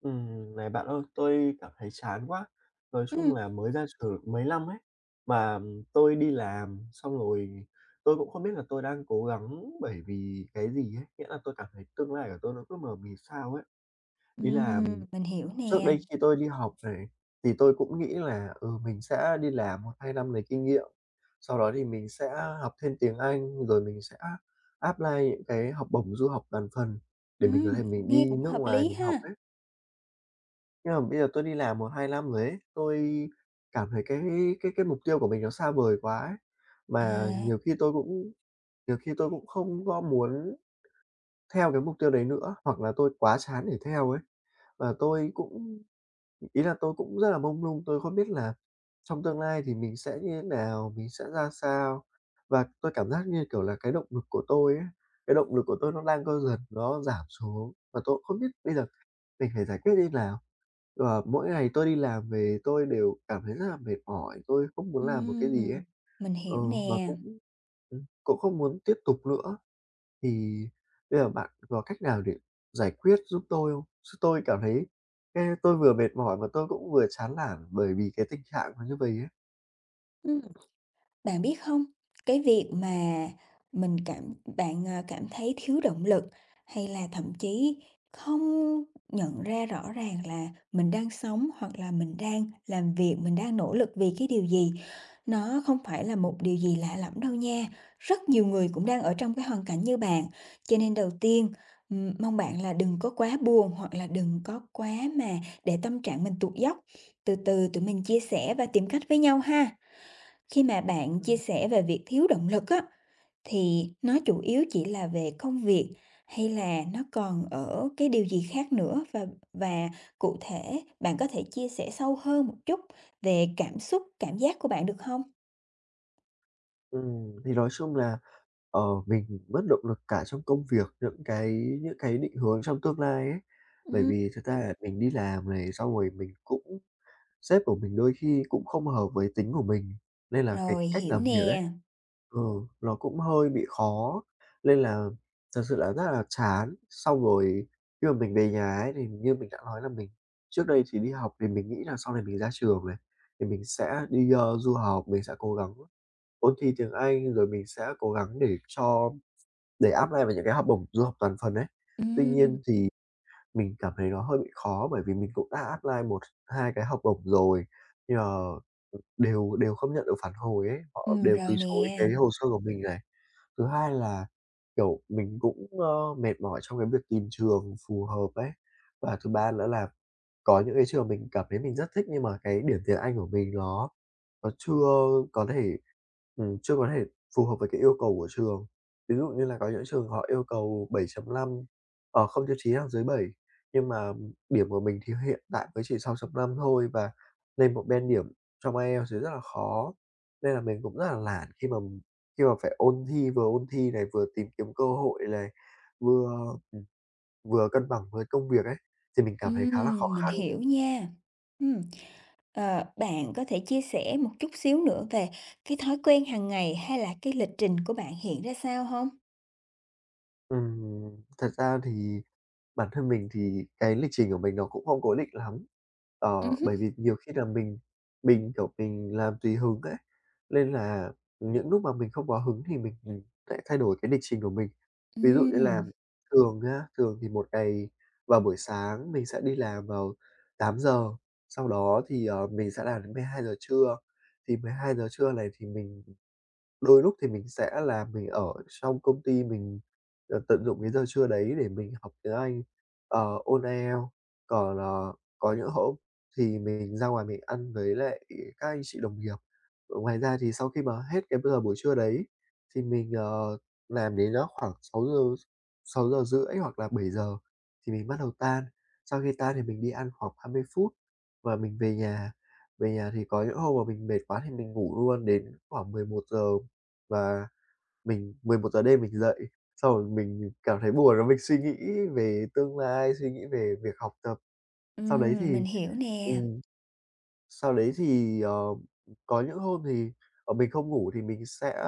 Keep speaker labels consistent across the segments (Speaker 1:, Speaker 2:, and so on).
Speaker 1: Này bạn ơi, tôi cảm thấy chán quá. Nói
Speaker 2: Ừm,
Speaker 1: chung là mới ra trường mấy năm ấy, mà tôi đi làm xong rồi tôi cũng không biết là tôi đang cố gắng bởi vì cái gì ấy, nghĩa là tôi cảm thấy tương lai của tôi nó cứ mờ mịt sao ấy. Ý là
Speaker 2: ừm, mình hiểu
Speaker 1: trước
Speaker 2: nè.
Speaker 1: đây khi tôi đi học này thì tôi cũng nghĩ là, mình sẽ đi làm một 2 năm lấy kinh nghiệm, sau đó thì mình sẽ học thêm tiếng Anh, rồi mình sẽ apply những cái học bổng du học toàn phần để mình có thể mình
Speaker 2: Nghe
Speaker 1: đi
Speaker 2: cũng
Speaker 1: nước
Speaker 2: hợp
Speaker 1: ngoài
Speaker 2: lý
Speaker 1: mình học
Speaker 2: ha.
Speaker 1: ấy. Nhưng mà bây giờ tôi đi làm một hai năm rồi ấy, tôi cảm thấy cái mục tiêu của mình nó xa vời quá ấy. Mà
Speaker 2: À,
Speaker 1: nhiều khi tôi cũng không có muốn theo cái mục tiêu đấy nữa, hoặc là tôi quá chán để theo ấy. Và tôi cũng Ý là tôi cũng rất là mông lung, tôi không biết là trong tương lai thì mình sẽ như thế nào, mình sẽ ra sao. Và tôi cảm giác như, kiểu là, cái động lực của tôi nó đang co dần, nó giảm xuống, và tôi cũng không biết bây giờ mình phải giải quyết như nào? Mỗi ngày tôi đi làm về tôi đều cảm thấy rất là mệt mỏi, tôi không muốn làm một cái gì ấy.
Speaker 2: ừm, mình
Speaker 1: Ừ,
Speaker 2: hiểu
Speaker 1: và
Speaker 2: nè.
Speaker 1: cũng cũng không muốn tiếp tục nữa. Thì bây giờ bạn có cách nào để giải quyết giúp tôi không? Chứ tôi cảm thấy cái tôi vừa mệt mỏi mà tôi cũng vừa chán nản bởi vì cái tình trạng nó như vậy ấy.
Speaker 2: Ừm. Bạn biết không, cái việc mà mình cảm bạn, cảm thấy thiếu động lực, hay là thậm chí không nhận ra rõ ràng là mình đang sống hoặc là mình đang làm việc, mình đang nỗ lực vì cái điều gì, nó không phải là
Speaker 1: Ừm,
Speaker 2: một điều gì lạ lẫm đâu nha. Rất nhiều người cũng đang ở trong cái hoàn cảnh như bạn, cho nên đầu tiên, mong bạn là đừng có quá buồn hoặc là đừng có quá mà để tâm trạng mình tụt dốc. Từ từ tụi mình chia sẻ và tìm cách với nhau ha. Khi mà bạn chia
Speaker 1: ừm.
Speaker 2: sẻ về việc thiếu động lực á, thì nó chủ yếu chỉ là về công việc hay là nó còn ở cái điều gì khác nữa? Và cụ thể bạn có thể chia sẻ sâu hơn một chút về cảm xúc, cảm giác của bạn được không?
Speaker 1: Thì nói chung là mình mất động lực cả trong công việc, những cái định hướng trong tương lai ấy. Bởi
Speaker 2: Ừm.
Speaker 1: vì thực ra là mình đi làm này, xong rồi mình cũng sếp của mình đôi khi cũng không hợp với tính của mình, nên là cái
Speaker 2: Rồi,
Speaker 1: cách
Speaker 2: hiểu
Speaker 1: làm việc ấy
Speaker 2: nè.
Speaker 1: ừ, nó cũng hơi bị khó, nên là thật sự là rất là chán. Xong rồi khi mà mình về nhà ấy, thì như mình đã nói là mình trước đây thì đi học thì mình nghĩ là sau này mình ra trường này, thì mình sẽ đi, du học, mình sẽ cố gắng ôn thi tiếng Anh, rồi mình sẽ cố gắng để apply vào những cái học bổng du học toàn phần ấy. Tuy
Speaker 2: Ừm,
Speaker 1: nhiên thì mình cảm thấy nó hơi bị khó bởi vì mình cũng đã apply một 2 cái học bổng rồi, nhưng mà, đều đều không nhận được phản hồi ấy, họ đều từ
Speaker 2: rồi
Speaker 1: chối
Speaker 2: nè.
Speaker 1: cái hồ sơ của mình này. Thứ hai là, kiểu, mình cũng, mệt mỏi trong cái việc tìm trường phù hợp ấy. Và thứ ba nữa là có những cái trường mình cảm thấy mình rất thích nhưng mà cái điểm tiếng Anh của mình nó nó chưa có thể, chưa có thể phù hợp với cái yêu cầu của trường. Ví dụ như là có những trường họ yêu cầu 7 năm, không tiêu chí nào dưới bảy, nhưng mà điểm của mình thì hiện tại mới chỉ 6 năm thôi và lên một band điểm trong IELTS thì rất là khó. Nên là mình cũng rất là nản khi mà phải ôn thi, vừa ôn thi này, vừa tìm kiếm cơ hội này, vừa, ừm, vừa cân bằng với công việc ấy, thì mình cảm thấy khá là khó
Speaker 2: Mình
Speaker 1: khăn.
Speaker 2: hiểu nha. Ừm, bạn có thể chia sẻ một chút xíu nữa về cái thói quen hàng ngày hay là cái lịch trình của bạn hiện ra sao không?
Speaker 1: Ừm, Thật ra thì bản thân mình thì cái lịch trình của mình nó cũng không cố định lắm. Ờ,
Speaker 2: Ừm.
Speaker 1: Bởi vì nhiều khi là mình, kiểu, mình làm tùy hứng ấy, nên là những lúc mà mình không có hứng thì mình lại thay đổi cái lịch trình của mình. Ví dụ như là
Speaker 2: Ừm,
Speaker 1: thường thì một ngày vào buổi sáng mình sẽ đi làm vào 8 giờ, sau đó thì, mình sẽ làm đến 12 giờ trưa, thì 12 giờ trưa này thì mình đôi lúc thì mình sẽ là mình ở trong công ty mình, tận dụng cái giờ trưa đấy để mình học tiếng Anh, ôn IELTS. Còn, có những hôm thì mình ra ngoài mình ăn với lại các anh chị đồng nghiệp. Ngoài ra thì sau khi mà hết cái giờ buổi trưa đấy thì mình, làm đến đó khoảng sáu sáu giờ 6 giờ rưỡi hoặc là 7 giờ thì mình bắt đầu tan. Sau khi tan thì mình đi ăn khoảng 20 phút và mình về nhà. Về nhà thì có những hôm mà mình mệt quá thì mình ngủ luôn đến khoảng 11 giờ. Và mình 11 giờ đêm mình dậy, xong rồi mình cảm thấy buồn và mình suy nghĩ về tương lai, suy nghĩ về việc học tập. Sau đấy
Speaker 2: mình
Speaker 1: thì
Speaker 2: hiểu nè.
Speaker 1: ừm, sau đấy thì, có những hôm thì, mình không ngủ thì mình sẽ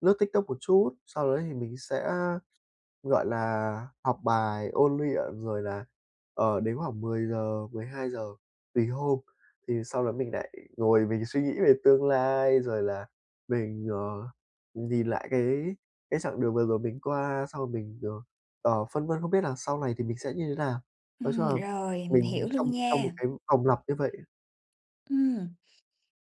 Speaker 1: lướt TikTok một chút, sau đấy thì mình sẽ gọi là, học bài, ôn luyện rồi là, ở đến khoảng mười 10 giờ 12 giờ tùy hôm, thì sau đó mình lại ngồi mình suy nghĩ về tương lai, rồi là mình, nhìn lại cái chặng đường vừa rồi mình qua, xong rồi mình, phân vân không biết là sau này thì mình sẽ như thế nào. Nói chung là
Speaker 2: Rồi, mình
Speaker 1: mình
Speaker 2: hiểu luôn
Speaker 1: trong trong
Speaker 2: nha.
Speaker 1: một cái vòng lặp như vậy.
Speaker 2: Ừm,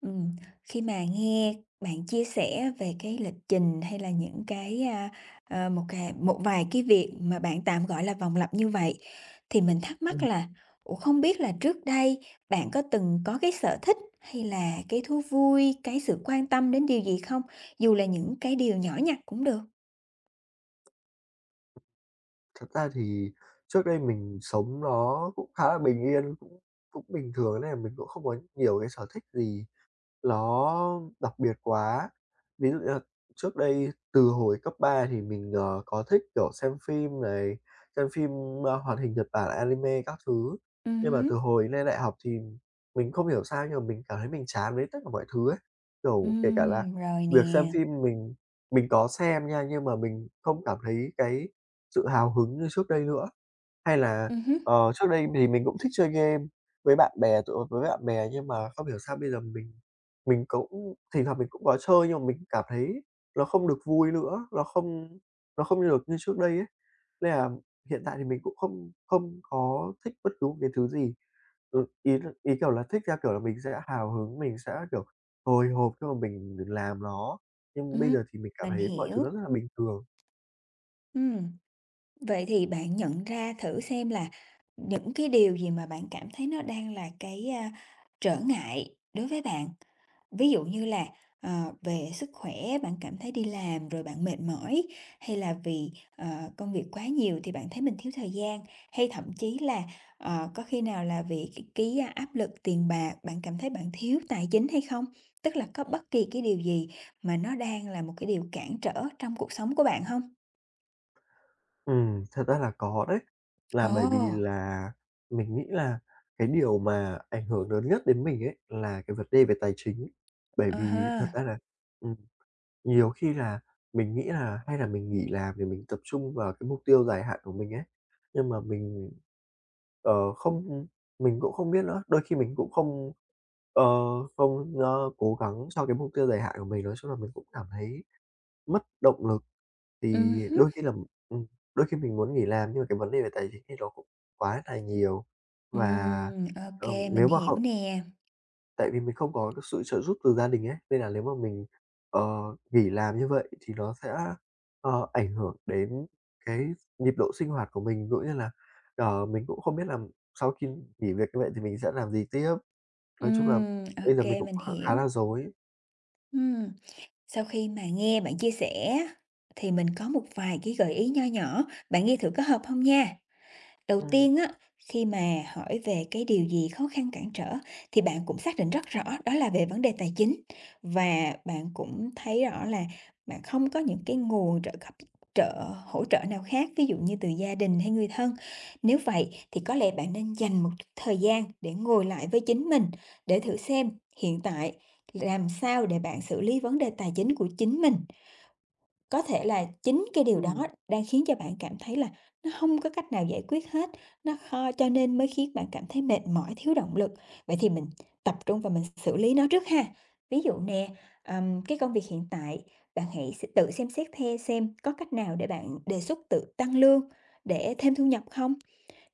Speaker 2: ừm, khi mà nghe bạn chia sẻ về cái lịch trình hay là những cái một vài cái việc mà bạn tạm gọi là vòng lặp như vậy, thì mình thắc mắc
Speaker 1: ừm,
Speaker 2: là, ủa, không biết là trước đây bạn có từng có cái sở thích hay là cái thú vui, cái sự quan tâm đến điều gì không? Dù là những cái điều nhỏ nhặt cũng được.
Speaker 1: Thật ra thì trước đây mình sống nó cũng khá là bình yên, cũng cũng bình thường nên là mình cũng không có nhiều cái sở thích gì nó đặc biệt quá. Ví dụ như là trước đây từ hồi cấp 3 thì mình, có thích, kiểu, xem phim này, xem phim, hoạt hình Nhật Bản, anime các thứ. Nhưng mà
Speaker 2: Hứm,
Speaker 1: từ hồi lên đại học thì mình không hiểu sao nhưng mà mình cảm thấy mình chán với tất cả mọi thứ ấy. Kiểu, kể cả là
Speaker 2: rồi
Speaker 1: việc xem
Speaker 2: nè.
Speaker 1: phim mình có xem nha, nhưng mà mình không cảm thấy cái sự hào hứng như trước đây nữa. Hay là,
Speaker 2: Hứm.
Speaker 1: trước đây thì mình cũng thích chơi game với bạn bè, tụ họp với bạn bè nhưng mà không hiểu sao bây giờ mình cũng thỉnh thoảng mình cũng có chơi nhưng mà mình cảm thấy nó không được vui nữa, nó không được như trước đây ấy. Nên là hiện tại thì mình cũng không không có thích bất cứ một cái thứ gì. Ừ, ý, kiểu là, thích theo kiểu là mình sẽ hào hứng, mình sẽ, kiểu, hồi hộp khi mà mình làm nó, nhưng bây
Speaker 2: Ừm,
Speaker 1: giờ thì mình cảm
Speaker 2: mình
Speaker 1: thấy mọi thứ nó
Speaker 2: hiểu.
Speaker 1: rất là bình thường.
Speaker 2: Ừm, vậy thì bạn nhận ra thử xem là những cái điều gì mà bạn cảm thấy nó đang là cái trở ngại đối với bạn? Ví dụ như là, về sức khỏe bạn cảm thấy đi làm rồi bạn mệt mỏi, hay là vì, công việc quá nhiều thì bạn thấy mình thiếu thời gian, hay thậm chí là, có khi nào là vì cái áp lực tiền bạc, bạn cảm thấy bạn thiếu tài chính hay không? Tức là có bất kỳ cái điều gì mà nó đang là một cái điều cản trở trong cuộc sống của bạn không?
Speaker 1: Thật ra là có đấy. Là bởi vì
Speaker 2: Ồ,
Speaker 1: là mình nghĩ là cái điều mà ảnh hưởng lớn nhất đến mình ấy là cái vấn đề về tài chính. Bởi
Speaker 2: à
Speaker 1: vì thật
Speaker 2: ha,
Speaker 1: ra là, ừm, nhiều khi là mình nghĩ là hay là mình nghỉ làm để mình tập trung vào cái mục tiêu dài hạn của mình ấy, nhưng mà mình, ờ, không mình cũng không biết nữa, đôi khi mình cũng ờ, không cố gắng cho cái mục tiêu dài hạn của mình. Nói chung là mình cũng cảm thấy mất động lực, thì
Speaker 2: hứm,
Speaker 1: ừm, đôi khi mình muốn nghỉ làm nhưng mà cái vấn đề về tài chính thì nó cũng quá là nhiều. Và, ờ,
Speaker 2: ô, mình
Speaker 1: nếu mà
Speaker 2: hiểu
Speaker 1: không
Speaker 2: nè,
Speaker 1: tại vì mình không có cái sự trợ giúp từ gia đình ấy, nên là nếu mà mình, ờ, nghỉ làm như vậy thì nó sẽ, ảnh hưởng đến cái nhịp độ sinh hoạt của mình, cũng như là, mình cũng không biết là sau khi nghỉ việc như vậy thì mình sẽ làm gì tiếp. Nói chung là bây giờ mình
Speaker 2: ô,
Speaker 1: cũng
Speaker 2: mình
Speaker 1: khá
Speaker 2: hiểu,
Speaker 1: là rối.
Speaker 2: ừm. Sau khi mà nghe bạn chia sẻ thì mình có một vài cái gợi ý nho nhỏ, bạn nghe thử có hợp không nha? Đầu
Speaker 1: Ừm.
Speaker 2: tiên á, khi mà hỏi về cái điều gì khó khăn cản trở thì bạn cũng xác định rất rõ đó là về vấn đề tài chính và bạn cũng thấy rõ là bạn không có những cái nguồn trợ cấp trợ hỗ trợ nào khác, ví dụ như từ gia đình hay người thân. Nếu vậy thì có lẽ bạn nên dành một chút thời gian để ngồi lại với chính mình để thử xem hiện tại làm sao để bạn xử lý vấn đề tài chính của chính mình, có thể là chính cái điều đó
Speaker 1: Ừm.
Speaker 2: đang khiến cho bạn cảm thấy là nó không có cách nào giải quyết hết, nó kho, cho nên mới khiến bạn cảm thấy mệt mỏi, thiếu động lực. Vậy thì mình tập trung và mình xử lý nó trước ha. Ví dụ nè, cái công việc hiện tại, bạn hãy tự xem xét xem có cách nào để bạn đề xuất tự tăng lương để thêm thu nhập không?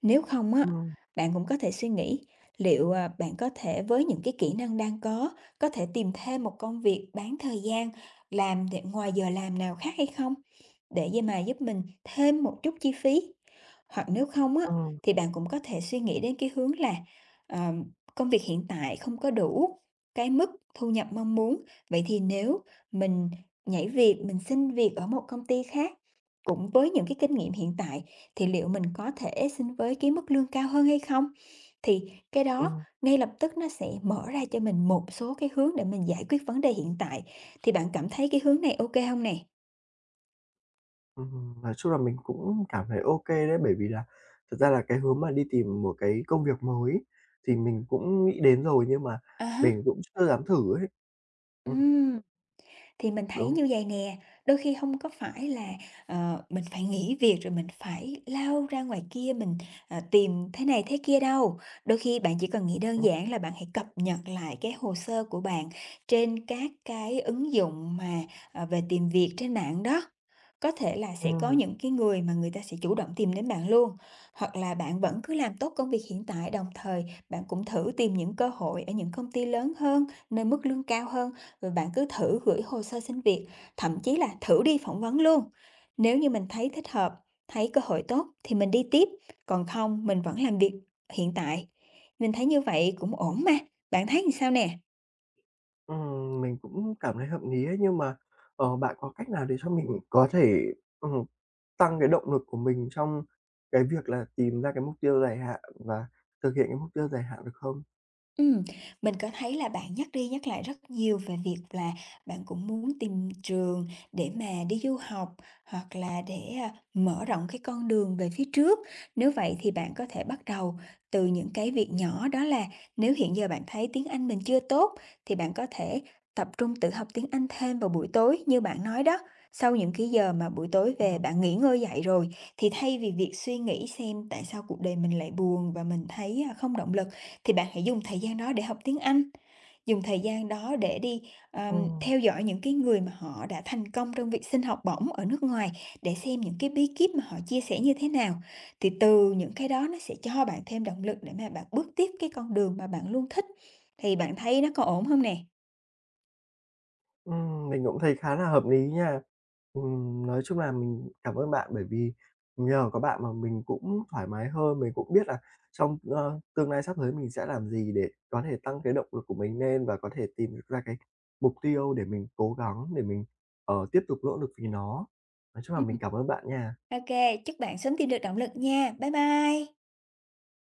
Speaker 2: Nếu không á,
Speaker 1: Ừm,
Speaker 2: bạn cũng có thể suy nghĩ liệu bạn có thể với những cái kỹ năng đang có thể tìm thêm một công việc bán thời gian làm ngoài giờ làm nào khác hay không? Để vậy mà giúp mình thêm một chút chi phí. Hoặc nếu không á,
Speaker 1: ừm,
Speaker 2: thì bạn cũng có thể suy nghĩ đến cái hướng là à, công việc hiện tại không có đủ cái mức thu nhập mong muốn. Vậy thì nếu mình nhảy việc, mình xin việc ở một công ty khác cũng với những cái kinh nghiệm hiện tại thì liệu mình có thể xin với cái mức lương cao hơn hay không? Thì cái đó
Speaker 1: ừm.
Speaker 2: ngay lập tức nó sẽ mở ra cho mình một số cái hướng để mình giải quyết vấn đề hiện tại. Thì bạn cảm thấy cái hướng này ok không hông nè?
Speaker 1: Nói chung là mình cũng cảm thấy ok đấy, bởi vì là thật ra là cái hướng mà đi tìm một cái công việc mới ấy, thì mình cũng nghĩ đến rồi nhưng mà
Speaker 2: À há.
Speaker 1: mình cũng chưa dám thử ấy. Ừm,
Speaker 2: Ừm. Thì mình thấy
Speaker 1: đúng.
Speaker 2: như vậy nè, đôi khi không có phải là, mình phải nghỉ việc rồi mình phải lao ra ngoài kia mình, tìm thế này thế kia đâu. Đôi khi bạn chỉ cần nghĩ đơn
Speaker 1: Ừm,
Speaker 2: giản là bạn hãy cập nhật lại cái hồ sơ của bạn trên các cái ứng dụng mà, về tìm việc trên mạng đó. Có thể là sẽ có
Speaker 1: ừm,
Speaker 2: những cái người mà người ta sẽ chủ động tìm đến bạn luôn, hoặc là bạn vẫn cứ làm tốt công việc hiện tại, đồng thời bạn cũng thử tìm những cơ hội ở những công ty lớn hơn, nơi mức lương cao hơn, rồi bạn cứ thử gửi hồ sơ xin việc, thậm chí là thử đi phỏng vấn luôn. Nếu như mình thấy thích hợp, thấy cơ hội tốt thì mình đi tiếp, còn không mình vẫn làm việc hiện tại. Mình thấy như vậy cũng ổn mà, bạn thấy làm sao nè?
Speaker 1: mình cũng cảm thấy hợp lý ấy, nhưng mà, bạn có cách nào để cho mình có thể, ừm, tăng cái động lực của mình trong cái việc là tìm ra cái mục tiêu dài hạn và thực hiện cái mục tiêu dài hạn được không?
Speaker 2: Ừm, mình có thấy là bạn nhắc đi nhắc lại rất nhiều về việc là bạn cũng muốn tìm trường để mà đi du học hoặc là để, mở rộng cái con đường về phía trước. Nếu vậy thì bạn có thể bắt đầu từ những cái việc nhỏ, đó là nếu hiện giờ bạn thấy tiếng Anh mình chưa tốt thì bạn có thể tập trung tự học tiếng Anh thêm vào buổi tối như bạn nói đó. Sau những cái giờ mà buổi tối về
Speaker 1: Ừm,
Speaker 2: bạn nghỉ ngơi dậy rồi, thì thay vì việc suy nghĩ xem tại sao cuộc đời mình lại buồn và mình thấy, không động lực, thì bạn hãy dùng thời gian đó để học tiếng Anh, dùng thời gian đó để đi,
Speaker 1: ừm.
Speaker 2: theo dõi những cái người mà họ đã thành công trong việc xin học bổng ở nước ngoài để xem những cái bí kíp mà họ chia sẻ như thế nào. Thì từ những cái đó nó sẽ cho bạn thêm động lực để mà bạn bước tiếp cái con đường mà bạn luôn thích. Thì bạn thấy nó có ổn không nè?
Speaker 1: Mình cũng thấy khá là hợp lý nha. Nói chung là mình cảm ơn bạn bởi vì nhờ có bạn mà mình cũng thoải mái hơn, mình cũng biết là trong, tương lai sắp tới mình sẽ làm gì để có thể tăng cái động lực của mình lên và có thể tìm được ra cái mục tiêu để mình cố gắng, để mình, tiếp tục nỗ lực vì nó. Nói chung là
Speaker 2: Ừm,
Speaker 1: mình cảm ơn bạn nha.
Speaker 2: ô, chúc bạn sớm tìm được động lực nha. Bye bye.